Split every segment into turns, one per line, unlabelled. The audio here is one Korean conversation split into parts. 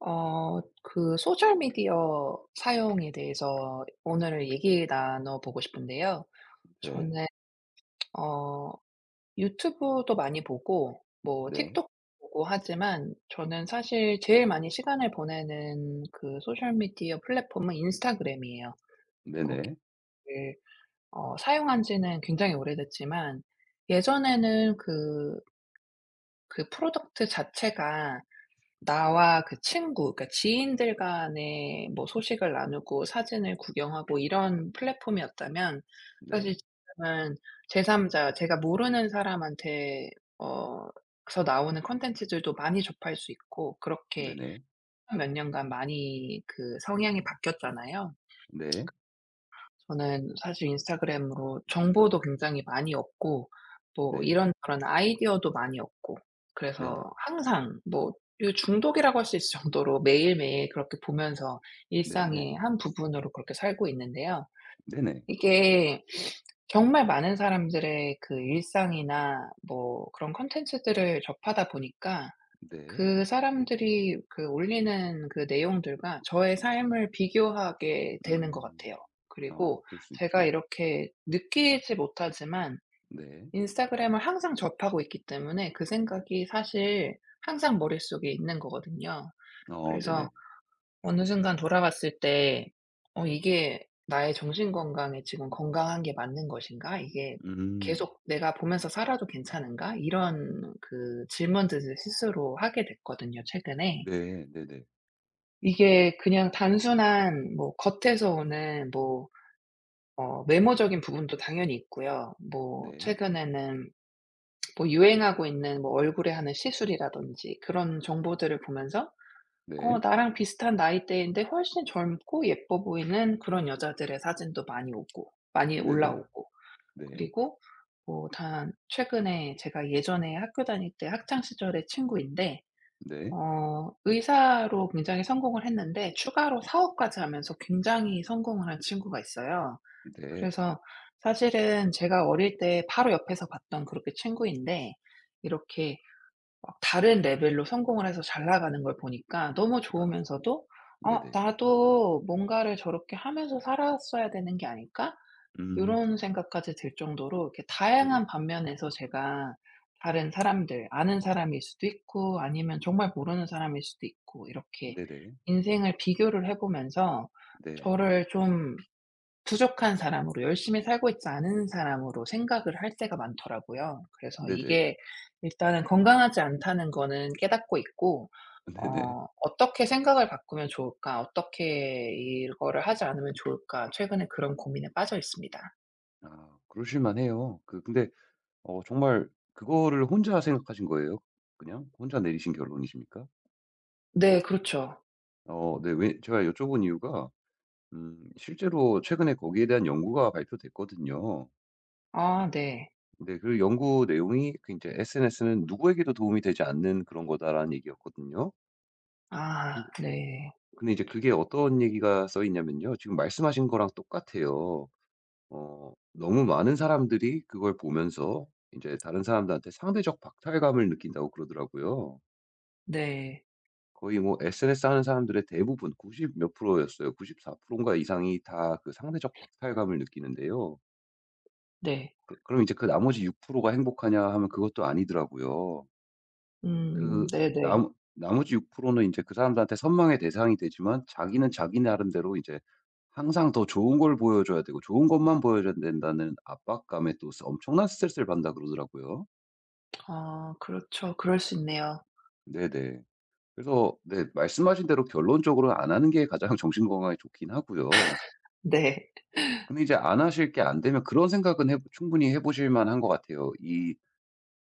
그 소셜 미디어 사용에 대해서 오늘 얘기 나눠 보고 싶은데요.
네.
저는 어 유튜브도 많이 보고 뭐
네.
틱톡도 보고 하지만, 저는 사실 제일 많이 시간을 보내는 그 소셜 미디어 플랫폼은 인스타그램이에요.
네네.
를 어 사용한 지는 굉장히 오래됐지만, 예전에는 그 프로덕트 자체가 나와 그 친구, 그러니까 지인들 간에 뭐 소식을 나누고 사진을 구경하고 이런 플랫폼이었다면, 사실
네.
지금은 제3자, 제가 모르는 사람한테 어 ...에서 나오는 콘텐츠들도 많이 접할 수 있고, 그렇게
네네.
몇 년간 많이 그 성향이 바뀌었잖아요.
네.
저는 사실 인스타그램으로 정보도 굉장히 많이 얻고 뭐
네.
이런저런 아이디어도 많이 얻고, 그래서
네네.
항상 뭐 이 중독이라고 할 수 있을 정도로 매일매일 그렇게 보면서
네.
일상의 한 부분으로 그렇게 살고 있는데요.
네네.
이게 정말 많은 사람들의 그 일상이나 뭐 그런 콘텐츠들을 접하다 보니까
네.
그 사람들이 그 올리는 그 내용들과 저의 삶을 비교하게 되는 것 같아요.
음. 어
그리고
그럴 수
제가
있죠.
이렇게 느끼지 못하지만
네.
인스타그램을 항상 접하고 있기 때문에 그 생각이 사실 항상 머릿속에 있는 거거든요.
어
그래서
네네.
어느 순간 돌아봤을 때, '어 이게 나의 정신 건강에 지금 건강한 게 맞는 것인가? 이게
음.
계속 내가 보면서 살아도 괜찮은가?' 이런 그 질문들을 스스로 하게 됐거든요, 최근에.
네. 네네.
이게 그냥 단순한 뭐 겉에서 오는 뭐 외모적인 부분도 당연히 있고요. 뭐
네.
최근에는 뭐 유행하고 있는 뭐 얼굴에 하는 시술이라든지 그런 정보들을 보면서
네.
나랑 비슷한 나이대인데 훨씬 젊고 예뻐 보이는 그런 여자들의 사진도 많이 오고 많이
네네.
올라오고,
네.
그리고 뭐 단 최근에 제가 예전에 학교 다닐 때 학창 시절의 친구인데
네.
의사로 굉장히 성공을 했는데 추가로 사업까지 하면서 굉장히 성공을 한 친구가 있어요.
네.
그래서 사실은 제가 어릴 때 바로 옆에서 봤던 그렇게 친구인데 이렇게 막 다른 레벨로 성공을 해서 잘 나가는 걸 보니까 너무
아.
좋으면서도, '어
네네.
나도 뭔가를 저렇게 하면서 살았어야 되는 게 아닐까?' 이
음.
런 생각까지 들 정도로. 이렇게
네네.
다양한 반면에서 제가 다른 사람들, 아는 사람일 수도 있고 아니면 정말 모르는 사람일 수도 있고, 이렇게
네네.
인생을 비교를 해 보면서
네.
저를 좀 부족한 사람으로, 열심히 살고 있지 않은 사람으로 생각을 할 때가 많더라고요. 그래서
네네.
이게 일단은 건강하지 않다는 거는 깨닫고 있고,
네네.
'어떻게 생각을 바꾸면 좋을까? 어떻게 이거를 하지 않으면 좋을까?' 최근에 그런 고민에 빠져 있습니다.
아 그러실 만해요. 그 근데 어 정말 그거를 혼자 생각하신 거예요? 그냥 혼자 내리신 결론이십니까?
네, 그렇죠.
어 네. 왜 제가 여쭤본 이유가 실제로 최근에 거기에 대한 연구가 발표됐거든요.
아, 네.
근데 그 연구 내용이 그제 "SNS는 누구에게도 도움이 되지 않는 그런 거다."라는 얘기였거든요.
아,
근데
네.
근데 이제 그게 어떤 얘기가 써 있냐면요. 지금 말씀하신 거랑 똑같아요. 어 너무 많은 사람들이 그걸 보면서 이제 다른 사람들한테 상대적 박탈감을 느낀다고 그러더라고요.
네.
거의 뭐 SNS 하는 사람들의 대부분 90 몇 프로였어요. 94% 인가 이상이 다 그 상대적 박탈감을 느끼는데요.
네.
그럼 이제 그 나머지 6%가 행복하냐 하면 그것도 아니더라고요.
음,
그
네네.
남 나머지 6%는이제 그 사람들한테 선망의 대상이 되지만 자기는 자기 나름대로 이제 항상 더 좋은 걸 보여줘야 되고 좋은 것만 보여줘야 된다는 압박감에 또 스 엄청난 스트레스를 받는다 그러더라고요.
아, 그렇죠. 그럴 수 있네요.
네네. 그래서 네 말씀하신 대로 결론적으로 안 하는 게 가장 정신 건강에 좋긴 하고요.
네.
근데 이제 안 하실 게 안 되면 그런 생각은 해 충분히 해 보실 만한 것 같아요. 이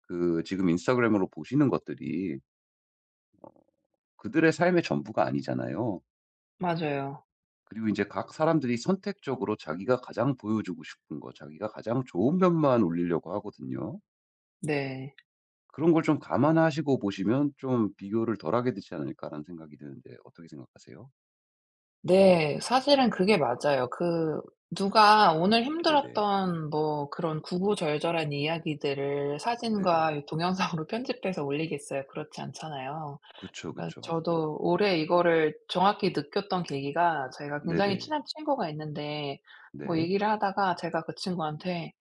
그 지금 인스타그램으로 보시는 것들이 그들의 삶의 전부가 아니잖아요.
맞아요.
그리고 이제 각 사람들이 선택적으로 자기가 가장 보여주고 싶은 거 자기가 가장 좋은 면만 올리려고 하거든요.
네.
그런 걸 좀 감안하시고 보시면 좀 '비교를 덜하게 되지 않을까.'라는 생각이 드는데 어떻게 생각하세요?
네. 사실은 그게 맞아요. 그 누가 오늘
네네.
힘들었던 뭐 그런 구구절절한 이야기들을
네네.
사진과 동영상으로 편집해서 올리겠어요? 그렇지 않잖아요.
그쵸,
그래서
그쵸.
저도 올해 이거를 정확히 느꼈던 계기가, 저희가 굉장히
네네.
친한 친구가 있는데 뭐
네.
얘기를 하다가 제가 그 친구한테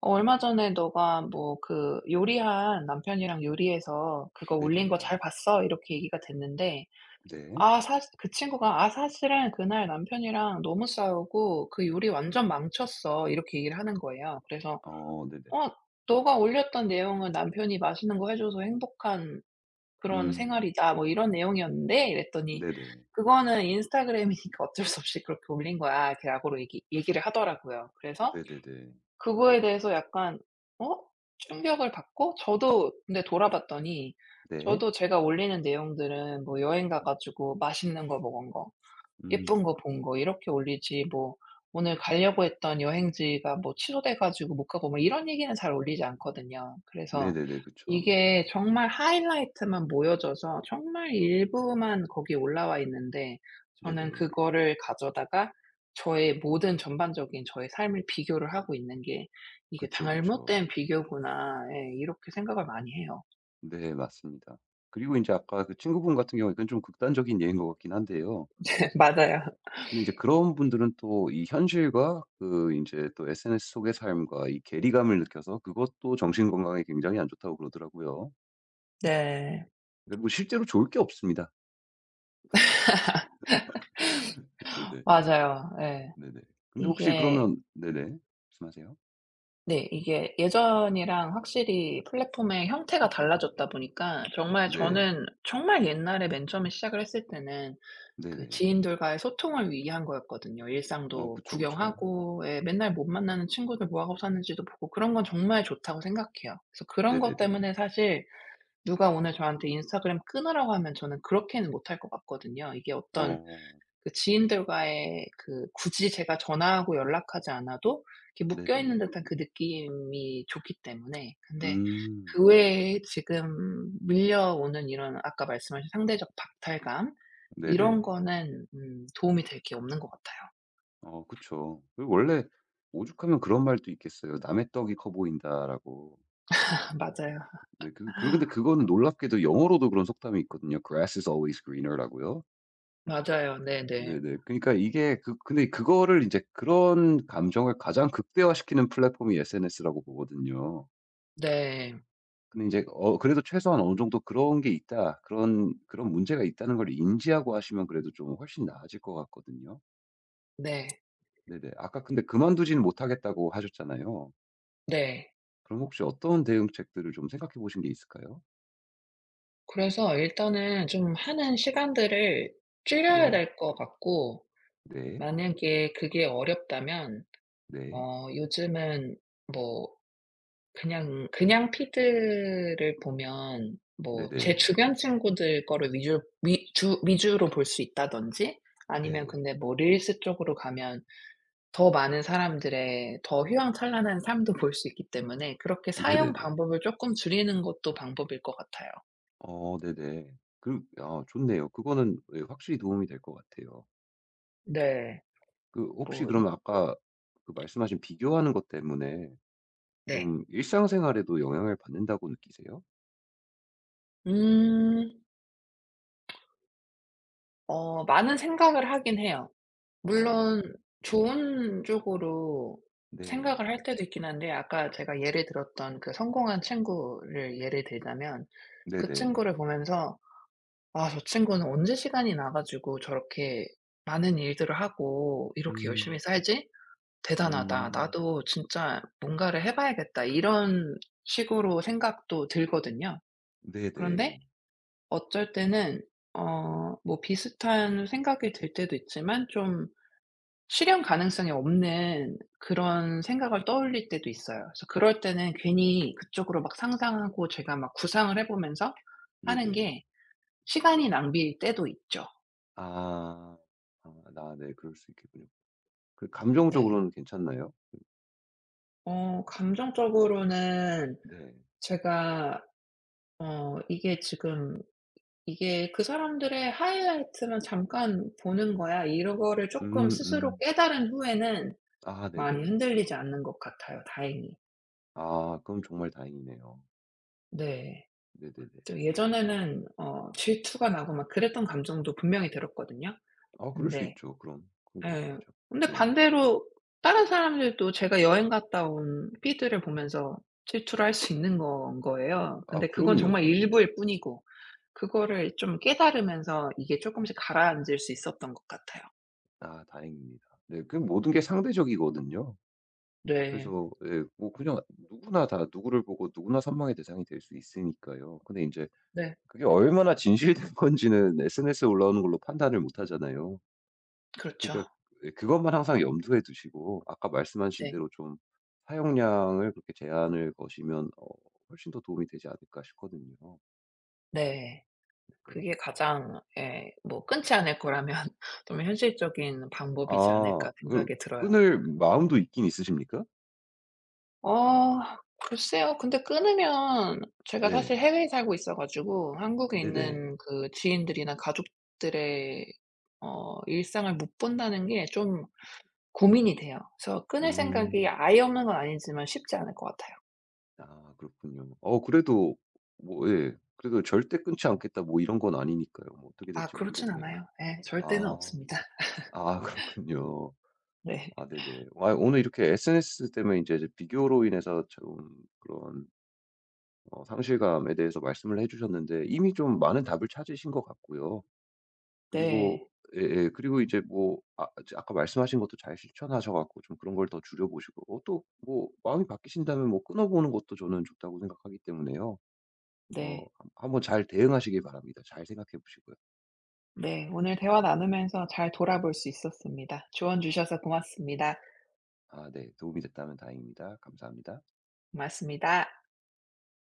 "어 얼마 전에 너가 뭐 그 요리한 남편이랑 요리해서 그거 올린 거
네네.
잘 봤어?" 이렇게 얘기가 됐는데,
네.
아 사실 그 친구가 "아 사실은 그날 남편이랑 너무 싸우고 그 요리 완전 망쳤어." 이렇게 얘기를 하는 거예요. 그래서
어 네네.
"어 너가 올렸던 내용은 남편이 맛있는 거 해 줘서 행복한 그런
음.
생활이다." 뭐 이런 내용이었는데, 이랬더니
네네.
"그거는 인스타그램이니까 어쩔 수 없이 그렇게 올린 거야." 이렇게 약오로 얘기를 하더라고요. 그래서
네네네.
그거에 대해서 약간 어? 충격을 받고, 저도 근데 돌아봤더니
네.
저도 제가 올리는 내용들은 뭐 여행 가 가지고 맛있는 거 먹은 거,
음.
예쁜 거 본 거 이렇게 올리지, 뭐 오늘 가려고 했던 여행지가 뭐 취소돼 가지고 못 가고 막 이런 얘기는 잘 올리지 않거든요. 그래서
네네네. 그쵸.
이게 정말 하이라이트만 모여져서 정말 일부만 거기에 올라와 있는데, 저는
네네.
그거를 가져다가 저의 모든 전반적인 저의 삶을 비교를 하고 있는 게 '이게
그쵸, 그쵸.
잘못된 비교구나.' 예 이렇게 생각을 많이 해요.
네 맞습니다. 그리고 인제 아까 그 친구분 같은 경우에 그건 좀 극단적인 예인 것 같긴 한데요.
맞아요.
근데 이제 그런 분들은 또 이 현실과 그 인제 또 SNS 속의 삶과 이 괴리감을 느껴서 그것도 정신 건강에 굉장히 안 좋다고 그러더라고요.
네.
근데 뭐 실제로 좋을 게 없습니다. 네네.
맞아요. 예.
네네. 근데 혹시
이게
그러면 네네. 말씀하세요.
네. 이게 예전이랑 확실히 플랫폼의 형태가 달라졌다 보니까, 정말
네.
저는 정말 옛날에 맨 처음에 시작을 했을 때는 그
네네.
지인들과의 소통을 위한 거였거든요.
어
일상도
그쵸, 그쵸.
구경하고, 예, 맨날 못 만나는 친구들 뭐 하고 사는지도 보고 그런 건 정말 좋다고 생각해요. 그래서 그런 것
네네네.
때문에 사실 누가 오늘 저한테 인스타그램 끊으라고 하면 저는 그렇게는 못할 것 같거든요. 이게 어떤
어.
그 지인들과의, 그 굳이 제가 전화하고 연락하지 않아도 이렇게 묶여 있는
네네.
듯한 그 느낌이 좋기 때문에. 근데
음.
그 외에 지금 밀려오는 이런, 아까 말씀하신 상대적 박탈감
네네.
이런 거는 도움이 될 게 없는 것 같아요.
어 그쵸. 그리고 원래 오죽하면 그런 말도 있겠어요. "남의 떡이 커 보인다."라고.
맞아요.
근데 그 그 근데 그거는 놀랍게도 영어로도 그런 속담이 있거든요. "Grass is always greener."라고요.
맞아요. 네네.
네네. 그러니까 이게 그 근데 그거를 이제 그런 감정을 가장 극대화시키는 플랫폼이 SNS라고 보거든요.
네.
근데 이제 어 그래도 최소한 어느 정도 '그런 게 있다. 그런 문제가 있다.'는 걸 인지하고 하시면 그래도 좀 훨씬 나아질 것 같거든요.
네.
네네. 아까 근데 그만두지는 못하겠다고 하셨잖아요.
네.
그럼 혹시 어떤 대응책들을 좀 생각해 보신 게 있을까요?
그래서 일단은 좀 하는 시간들을 줄여야
네.
될 것 같고,
네.
만약에 그게 어렵다면
네.
요즘은 뭐 그냥 피드를 보면 뭐 제
네네.
주변 친구들 거를 위주 위 주 위주로 볼 수 있다든지, 아니면
네.
근데 뭐 릴스 쪽으로 가면 더 많은 사람들의 더 휘황찬란한 삶도 볼 수 있기 때문에 그렇게 사용
네네네.
방법을 조금 줄이는 것도 방법일 것 같아요.
어 네네. 그 아 좋네요. 그거는 예 확실히 도움이 될 것 같아요.
네.
그 혹시
뭐 이
그러면 아까 그 말씀하신 비교하는 것 때문에
네.
좀 일상생활에도 영향을 받는다고 느끼세요?
음. 많은 생각을 하긴 해요.
어
물론 좋은 쪽으로
네.
생각을 할 때도 있긴 한데, 아까 제가 예를 들었던 그 성공한 친구를 예를 들자면 그
네네.
친구를 보면서 '아 저 친구는 언제 시간이 나 가지고 저렇게 많은 일들을 하고 이렇게 열심히
음.
살지? 대단하다.
음.
나도 진짜 뭔가를 해 봐야겠다.' 이런 식으로 생각도 들거든요.
네네.
그런데 어쩔 때는 뭐 비슷한 생각이 들 때도 있지만 좀 실현 가능성이 없는 그런 생각을 떠올릴 때도 있어요. 그래서 그럴 때는 괜히 그쪽으로 막 상상하고 제가 막 구상을 해 보면서 하는
네네.
게 시간이 낭비일 때도 있죠.
아. 아 나 네. 그럴 수 있겠군요. 그
네.
감정적으로는 괜찮나요?
감정적으로는
네.
제가 이게 지금 '이게 그 사람들의 하이라이트만 잠깐 보는 거야.' 이거를 런 쪼끔
음
스스로
음.
깨달은 후에는
아
많이
네네.
흔들리지 않는 것 같아요, 다행히.
아 그럼 정말 다행이네요.
네.
네네네.
저 예전에는 질투가 나고 막 그랬던 감정도 분명히 들었거든요.
아 그럴 수
근데
있죠. 그럼, 그럼 그럴 수
예.
있죠.
근데
네네.
반대로 다른 사람들도 제가 여행 갔다 온 피드를 보면서 질투를 할 수 있는 건 거예요.
아
근데 그건
그럼요,
정말
그럼요.
일부일 뿐이고, 그거를 좀 깨달으면서 이게 쪼끔씩 가라앉을 수 있었던 것 같아요.
아 다행입니다. 네 그 모든 게 상대적이거든요.
네.
그래서 예 뭐 그냥 누구나 다 누구를 보고 누구나 선망의 대상이 될 수 있으니까요. 근데 이제
네.
그게 얼마나 진실된 건지는 SNS에 올라오는 걸로 판단을 못 하잖아요.
그렇죠.
그러니까 예 그것만 항상 염두에 두시고 아까 말씀하신
네.
대로 좀 사용량을 그렇게 제한을 거시면 어 훨씬 더 도움이 되지 않을까 싶거든요.
네.
네.
그게 가장, 예, 뭐 끊지 않을 거라면 좀 현실적인 방법이지
아
않을까
그
생각이 들어요.
끊을 마음도 있긴 있으십니까?
어 글쎄요. 근데 끊으면 제가 사실
네.
해외에 살고 있어 가지고 한국에 있는
네네.
그 지인들이나 가족들의 일상을 못 본다는 게 좀 고민이 돼요. 그래서 끊을 생각이
음.
아예 없는 건 아니지만 쉽지 않을 것 같아요.
아 그렇군요. 어 그래도 뭐 예 그래도 '절대 끊지 않겠다.' 뭐 이런 건 아니니까요. 뭐 어떻게
아,
될지
그렇진
모르겠네요.
않아요. 예. 절대는
아.
없습니다.
아 그렇군요.
네.
아 네네. 아 오늘 이렇게 SNS 때문에 이제 비교로 인해서 좀 그런 어 상실감에 대해서 말씀을 해 주셨는데 이미 좀 많은 답을 찾으신 것 같고요.
네.
그리고 예예. 그리고 이제 뭐아 아까 말씀하신 것도 잘 실천하셔 갖고 좀 그런 걸 더 줄여 보시고 또 뭐 마음이 바뀌신다면 뭐 끊어 보는 것도 저는 좋다고 생각하기 때문에요. 어
네.
한 한번 잘 대응하시길 바랍니다. 잘 생각해 보시고요.
네. 오늘 대화 나누면서 잘 돌아볼 수 있었습니다. 조언 주셔서 고맙습니다.
아 네. 도움이 됐다면 다행입니다. 감사합니다.
고맙습니다.